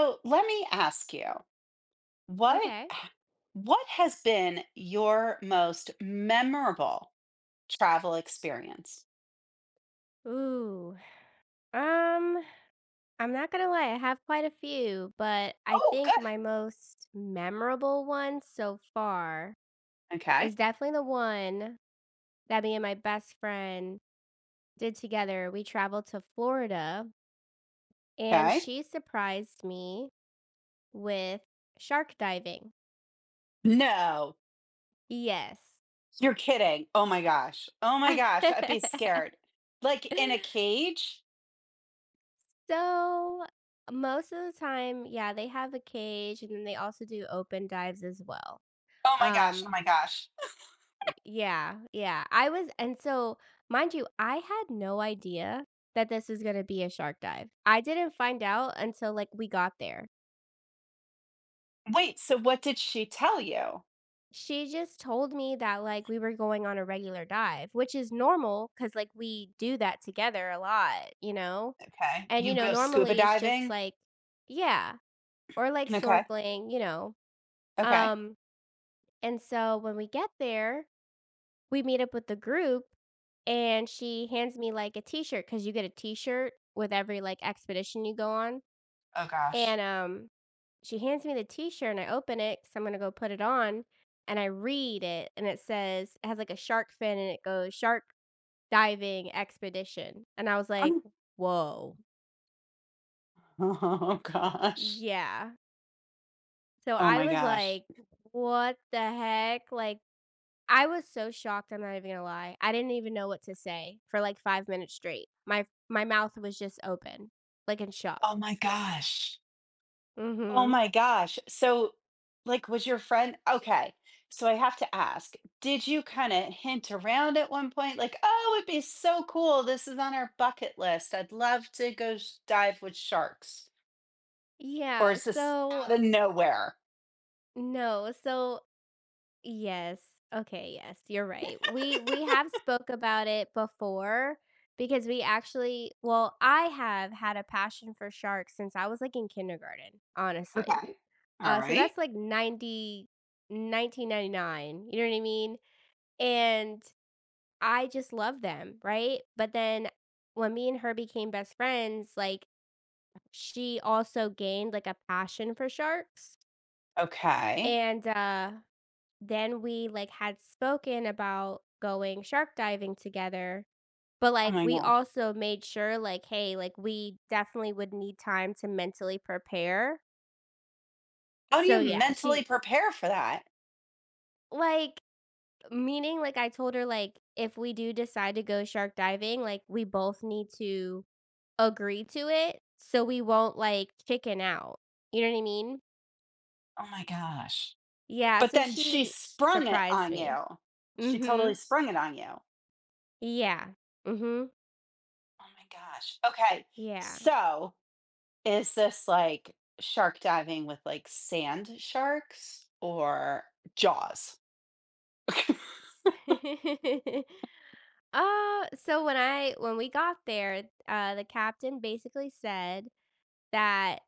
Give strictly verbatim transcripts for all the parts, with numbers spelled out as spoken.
So let me ask you, what Okay. what has been your most memorable travel experience? Ooh. Um, I'm not gonna lie, I have quite a few, but I Oh, think good. my most memorable one so far Okay. is definitely the one that me and my best friend did together. We traveled to Florida and Okay. she surprised me with shark diving. No, Yes. you're kidding. Oh my gosh. Oh my gosh. I'd be scared. Like in a cage. So most of the time, yeah, they have a cage and then they also do open dives as well. Oh my gosh. Oh Um, my gosh. Yeah, yeah. I was and so, mind you, I had no idea that this was gonna be a shark dive. I didn't find out until, like, we got there. Wait. So what did she tell you? She just told me that, like, we were going on a regular dive, which is normal because, like, we do that together a lot, you know? Okay. And, you You know, go scuba normally it's just diving. like, yeah, or, like, Okay. snorkeling, you know? Okay. Um, and so when we get there, we meet up with the group, and she hands me, like, a t-shirt because you get a t-shirt with every, like, expedition you go on. Oh gosh. And um she hands me the t-shirt, and I open it because I'm going to go put it on. And I read it, and it says, it has like a shark fin, and it goes, shark diving expedition, and I was like, whoa. Oh gosh. Yeah, so Oh I my was gosh. like, what the heck, like, I was so shocked, I'm not even gonna lie. I didn't even know what to say for, like, five minutes straight. My my mouth was just open, like, in shock. Oh my gosh. Oh Mhm. my gosh. So, like, was your friend okay? So I have to ask, did you kind of hint around at one point, like, oh, it'd be so cool. This is on our bucket list. I'd love to go sh- dive with sharks. Or Yeah, is this so out of nowhere? no, so yes. Okay, yes, you're right. We we have spoke about it before because we actually well, I have had a passion for sharks since I was, like, in kindergarten, honestly. Okay. All Uh, so right. that's, like, ninety nineteen ninety-nine. You know what I mean? And I just love them, right? But then when me and her became best friends, like, she also gained like a passion for sharks. Okay. And uh then we like had spoken about going shark diving together. But, Oh like, my we gosh. also made sure, like, hey, like, we definitely would need time to mentally prepare. How do you So yeah, mentally she prepare for that? like meaning, like, I told her, like, if we do decide to go shark diving, like, we both need to agree to it, so we won't, like, chicken out, you know what I mean? Oh my gosh. Yeah, But so then she she sprung it surprised on me. you. She totally Mhm. sprung it on you. Oh Yeah. Mhm. my gosh. Okay. Yeah. So is this like shark diving with, like, sand sharks or Jaws? S Uh, so when I when we got there, uh, the captain basically said that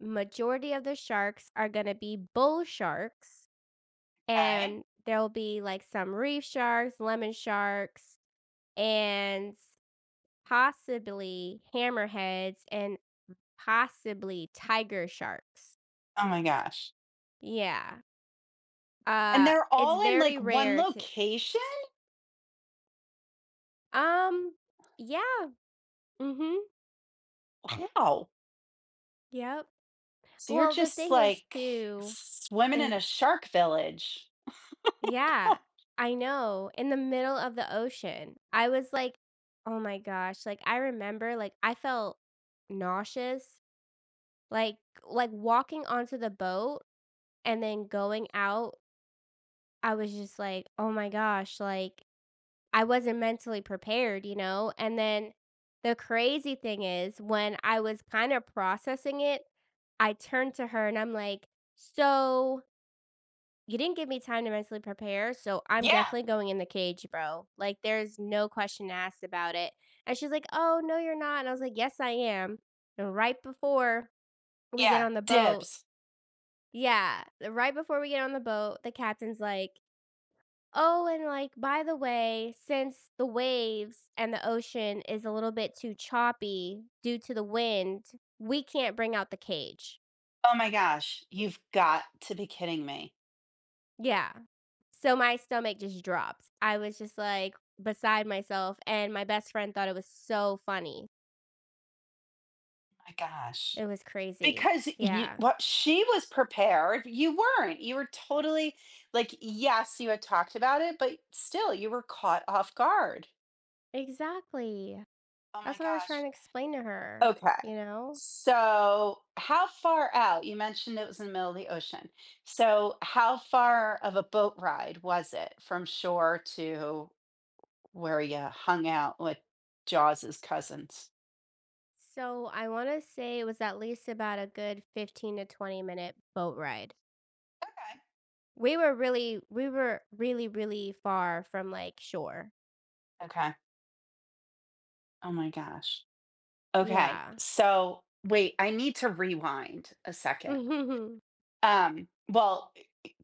majority of the sharks are gonna be bull sharks, Okay. and there'll be, like, some reef sharks, lemon sharks, and possibly hammerheads, and possibly tiger sharks. Oh my gosh. Yeah. And Uh, they're It's all in, very like, one rare to, location? um, yeah. Mhm. Wow. Yep. So you're Well, the just, thing is, like, too, swimming in is, a shark village. yeah, I know, in the middle of the ocean. I was like, "Oh my gosh." Like, I remember, like, I felt nauseous, like, like, walking onto the boat and then going out, I was just like, "Oh my gosh." Like, I wasn't mentally prepared, you know? And then the crazy thing is, when I was kind of processing it, I turned to her and I'm like, "So, you didn't give me time to mentally prepare, so I'm Yeah, definitely going in the cage, bro. Like, there's no question asked about it." And she's like, "Oh, no you're not." And I was like, "Yes, I am." And right before we get yeah. on the boat, Dibs. yeah, right before we get on the boat, the captain's like, "Oh, and, like, by the way, since the waves and the ocean is a little bit too choppy due to the wind, we can't bring out the cage." Oh my gosh. You've got to be kidding me. Yeah. So my stomach just dropped. I was just, like, beside myself, and my best friend thought it was so funny. My gosh. It was crazy. Because you, Yeah, what she was prepared, you weren't. You were totally like, yes, you had talked about it, but still, you were caught off guard. exactly. Oh my That's what I was trying gosh. to explain to her, Okay. you know? So, how far out? You mentioned it was in the middle of the ocean. So, how far of a boat ride was it from shore to where you hung out with Jaws's cousins? So I want to say it was at least about a good fifteen to twenty minute boat ride. Okay. We were really we were really, really far from, like, shore. Okay. Oh my gosh. Okay. Yeah. So, wait, I need to rewind a second. Mhm. Um, well,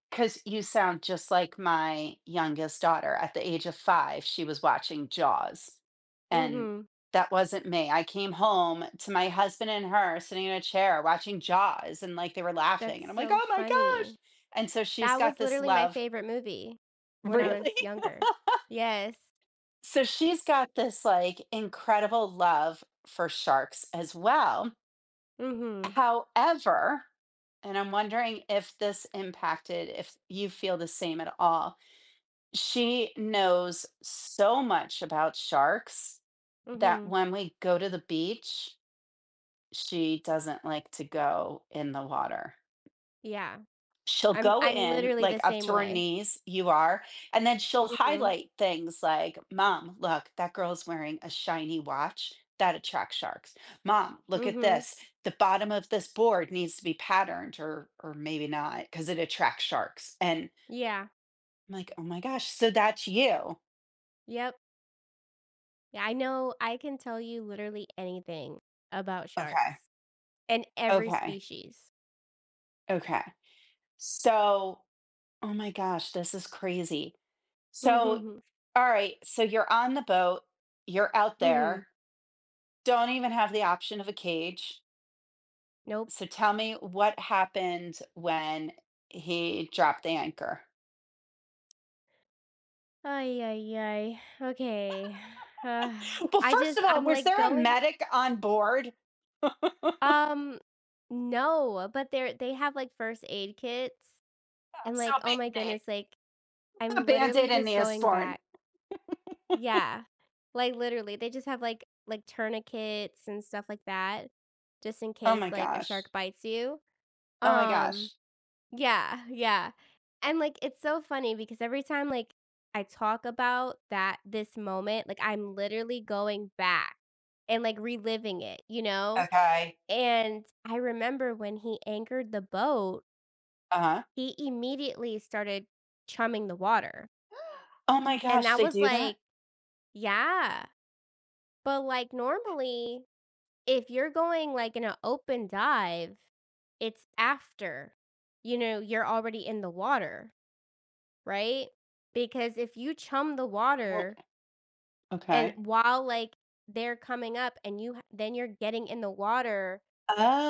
because you sound just like my youngest daughter. At the age of five, she was watching Jaws, and Mhm. that wasn't me. I came home to my husband and her sitting in a chair watching Jaws, and like, they were laughing, That's and I'm like, so oh my gosh. funny. And so she's That got was this literally my love. favorite movie when I was Really. younger. Yes. So she's got this like incredible love for sharks as well. Mhm. However, and I'm wondering if this impacted, if you feel the same at all. She knows so much about sharks that Mhm. when we go to the beach, she doesn't like to go in the water. Yeah. She'll I'm go I'm in literally like the up same to her way. knees, you are. And then she'll Mhm. highlight things like, mom, look, that girl's wearing a shiny watch. That attracts sharks. Mom, look at Mhm. this. The bottom of this board needs to be patterned, or or maybe not, because it attracts sharks. And Yeah. I'm like, oh my gosh, so that's you. Yep. Yeah, I know, I can tell you literally anything about Okay. sharks and every Okay. species. Okay. So, oh my gosh, this is crazy. So Mhm. all right, so you're on the boat, you're out Mhm. there, don't even have the option of a cage. Nope. So tell me what happened when he dropped the anchor. Ay, ay, ay. Okay. Uh, Well, I first just of all, I'm was like there a going medic on board? So um no, but they're they have like first aid kits, and, like, a oh my band-aid. goodness, like, A I'm literally band-aid and just going Neosporin. back. Yeah. Like, literally, they just have like like tourniquets and stuff like that just in Oh case, my like, a gosh. shark bites you. Oh my Um gosh. Yeah, yeah, and, like, it's so funny because every time, like, I talk about that this moment, like, I'm literally going back and, like, reliving it, you know, Okay. and I remember when he anchored the boat, Uh-huh. he immediately started chumming the water, Oh my and gosh, that they was do that? like, yeah, but, like, normally, if you're going, like, in an open dive, it's after, you know, you're already in the water, right? Because if you chum the Well, water and, okay. while, like, they're coming up and you ha then you're getting in the water,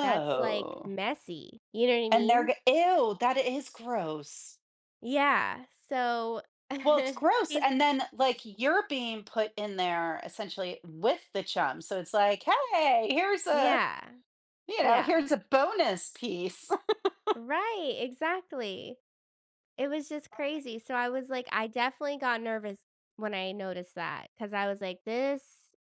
that's, like, messy, you know what I And they're mean? G- ew, that is gross. Yeah, so Well, it's gross, he's and then, like, you're being put in there essentially with the chum, so it's like, "Hey, here's a yeah, you know, yeah. here's a bonus piece." Right, exactly. It was just crazy, so I was like, I definitely got nervous when I noticed that because I was like, "This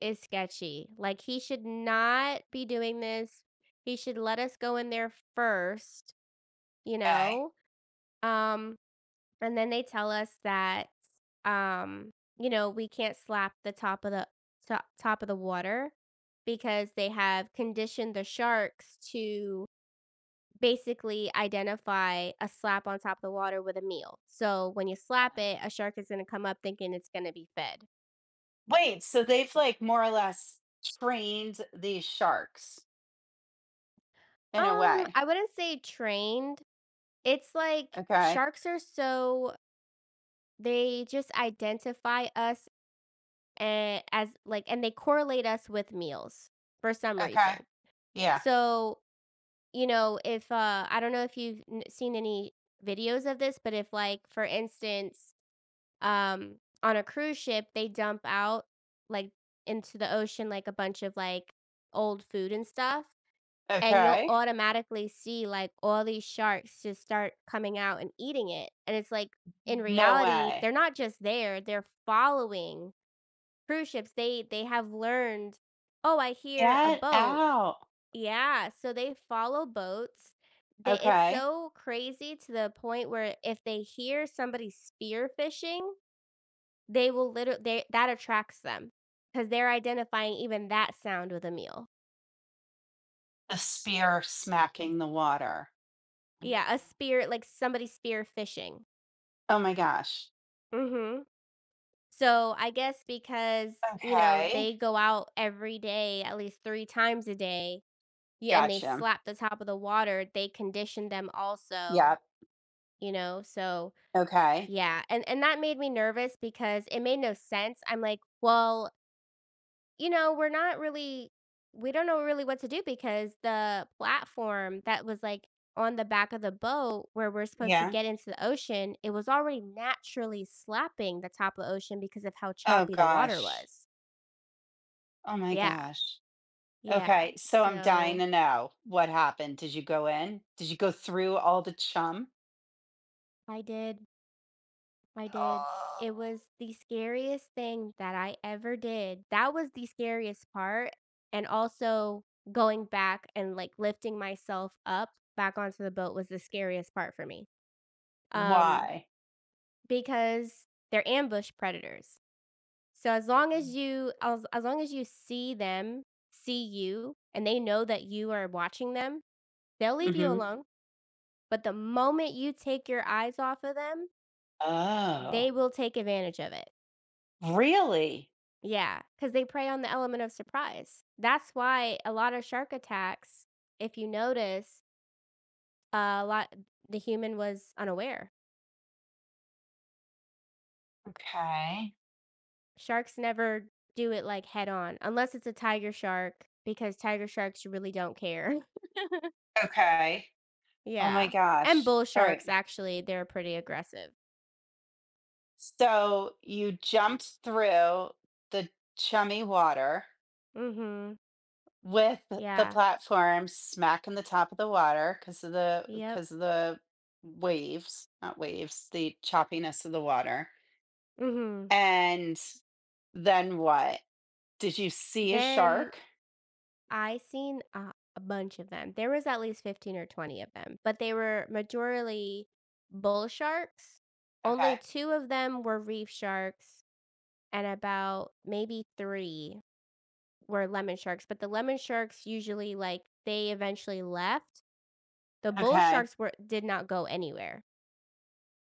is sketchy, like, he should not be doing this, he should let us go in there first, you Okay. know?" Um, and then they tell us that, um, you know, we can't slap the top of the top, top of the water because they have conditioned the sharks to basically identify a slap on top of the water with a meal. So when you slap it, a shark is going to come up thinking it's going to be fed. Wait, so they've, like, more or less trained these sharks in a Um, way. I wouldn't say trained. It's like Okay. sharks are so they just identify us, And as, like, and they correlate us with meals for some reason. Okay. Yeah. So, you know, if uh I don't know if you've n- seen any videos of this, but if, like, for instance, um on a cruise ship, they dump out, like, into the ocean, like, a bunch of, like, old food and stuff, and you'll Okay. automatically see, like, all these sharks just start coming out and eating it. And it's like, in No reality, way. they're not just there, they're following cruise ships. They they have learned, "Oh, I hear a Get boat." out. Yeah, so they follow boats. They it's Okay. so crazy to the point where if they hear somebody spear fishing, they will literally they that attracts them because 'cause they're identifying even that sound with a meal. The spear smacking the water. Mm. Yeah, a spear, like, somebody spear fishing. Oh my gosh. Mhm. So, I guess because, you know, Okay. they go out every day, at least three times a day. Yeah, and they Gotcha. slap the top of the water, they condition them also, Yep. you know? So, Okay. yeah, and and that made me nervous because it made no sense. I'm like, "Well, you know, we're not really we don't know really what to do because the platform that was, like, on the back of the boat where we're supposed to Yeah. get into the ocean, it was already naturally slapping the top of the ocean because of how Oh choppy the water gosh. was." Oh my Yeah, gosh. yeah. Okay. So I'm dying So, to know what happened. Did you go in? Did you go through all the chum? I did, I did. It Oh, was the scariest thing that I ever did. That was the scariest part, and also going back and, like, lifting myself up back onto the boat was the scariest part for me, um, why? because they're ambush predators. So as long as you as as long as you see them see you, and they know that you are watching them, they'll leave you Mm-hmm. alone, but the moment you take your eyes off of them, they Oh, will take advantage of it. really? Yeah, because they prey on the element of surprise. That's why a lot of shark attacks, if you notice, uh, a lot the human was unaware. Okay. Sharks never do it, like, head on, unless it's a tiger shark, because tiger sharks really don't care. Okay. Oh my Yeah, and gosh. bull All sharks, right. actually, they're pretty aggressive. So you jumped through the chummy water. Mhm. With the Yeah. platform smack in the top of the water, because of the Yep. because of the waves, not waves, the choppiness of the water. Mhm. And then what? Did you see a Then shark? I seen a a bunch of them. There was at least fifteen or twenty of them, but they were majorly bull sharks. Only Okay, two of them were reef sharks and about maybe three were lemon sharks, but the lemon sharks usually, like, they eventually left. The bull okay. sharks were did not go anywhere.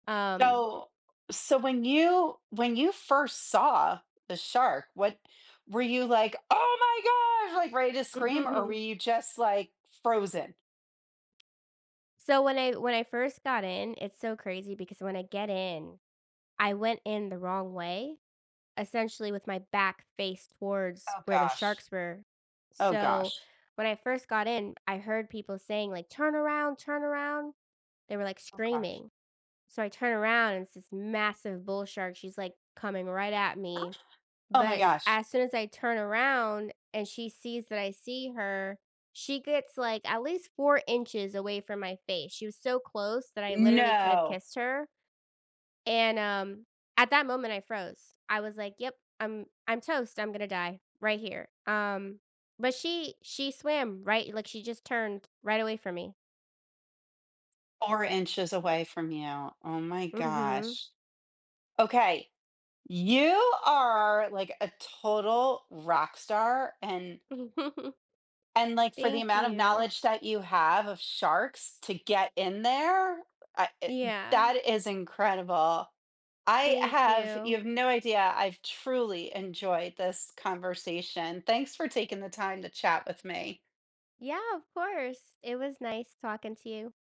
Um, So so when you when you first saw the shark, what were you like, "Oh my gosh," like, ready to scream, or were you just, like, frozen? so when I when I first got in, it's so crazy because when I get in, I went in the wrong way essentially with my back face towards Oh where the gosh. sharks were. Oh So gosh. when I first got in, I heard people saying, like, turn around, turn around. They were like Oh gosh. screaming. So I turn around and it's this massive bull shark. She's like coming right at me. Oh my But gosh. as soon as I turn around and she sees that I see her, she gets like at least four inches away from my face. She was so close that I literally could have No. kissed her, and, um, at that moment, I froze. I was like, "Yep, I'm I'm toast. I'm gonna die right here." Um, but she she swam right, like, she just turned right away from me. four inches away from you. Oh my Mhm. gosh. Okay, you are like a total rock star, and and like, for the Thank amount of you. knowledge that you have of sharks to get in there, I it Yeah. that is incredible. I Thank have You you. have no idea, I've truly enjoyed this conversation. Thanks for taking the time to chat with me. Yeah, of course. It was nice talking to you.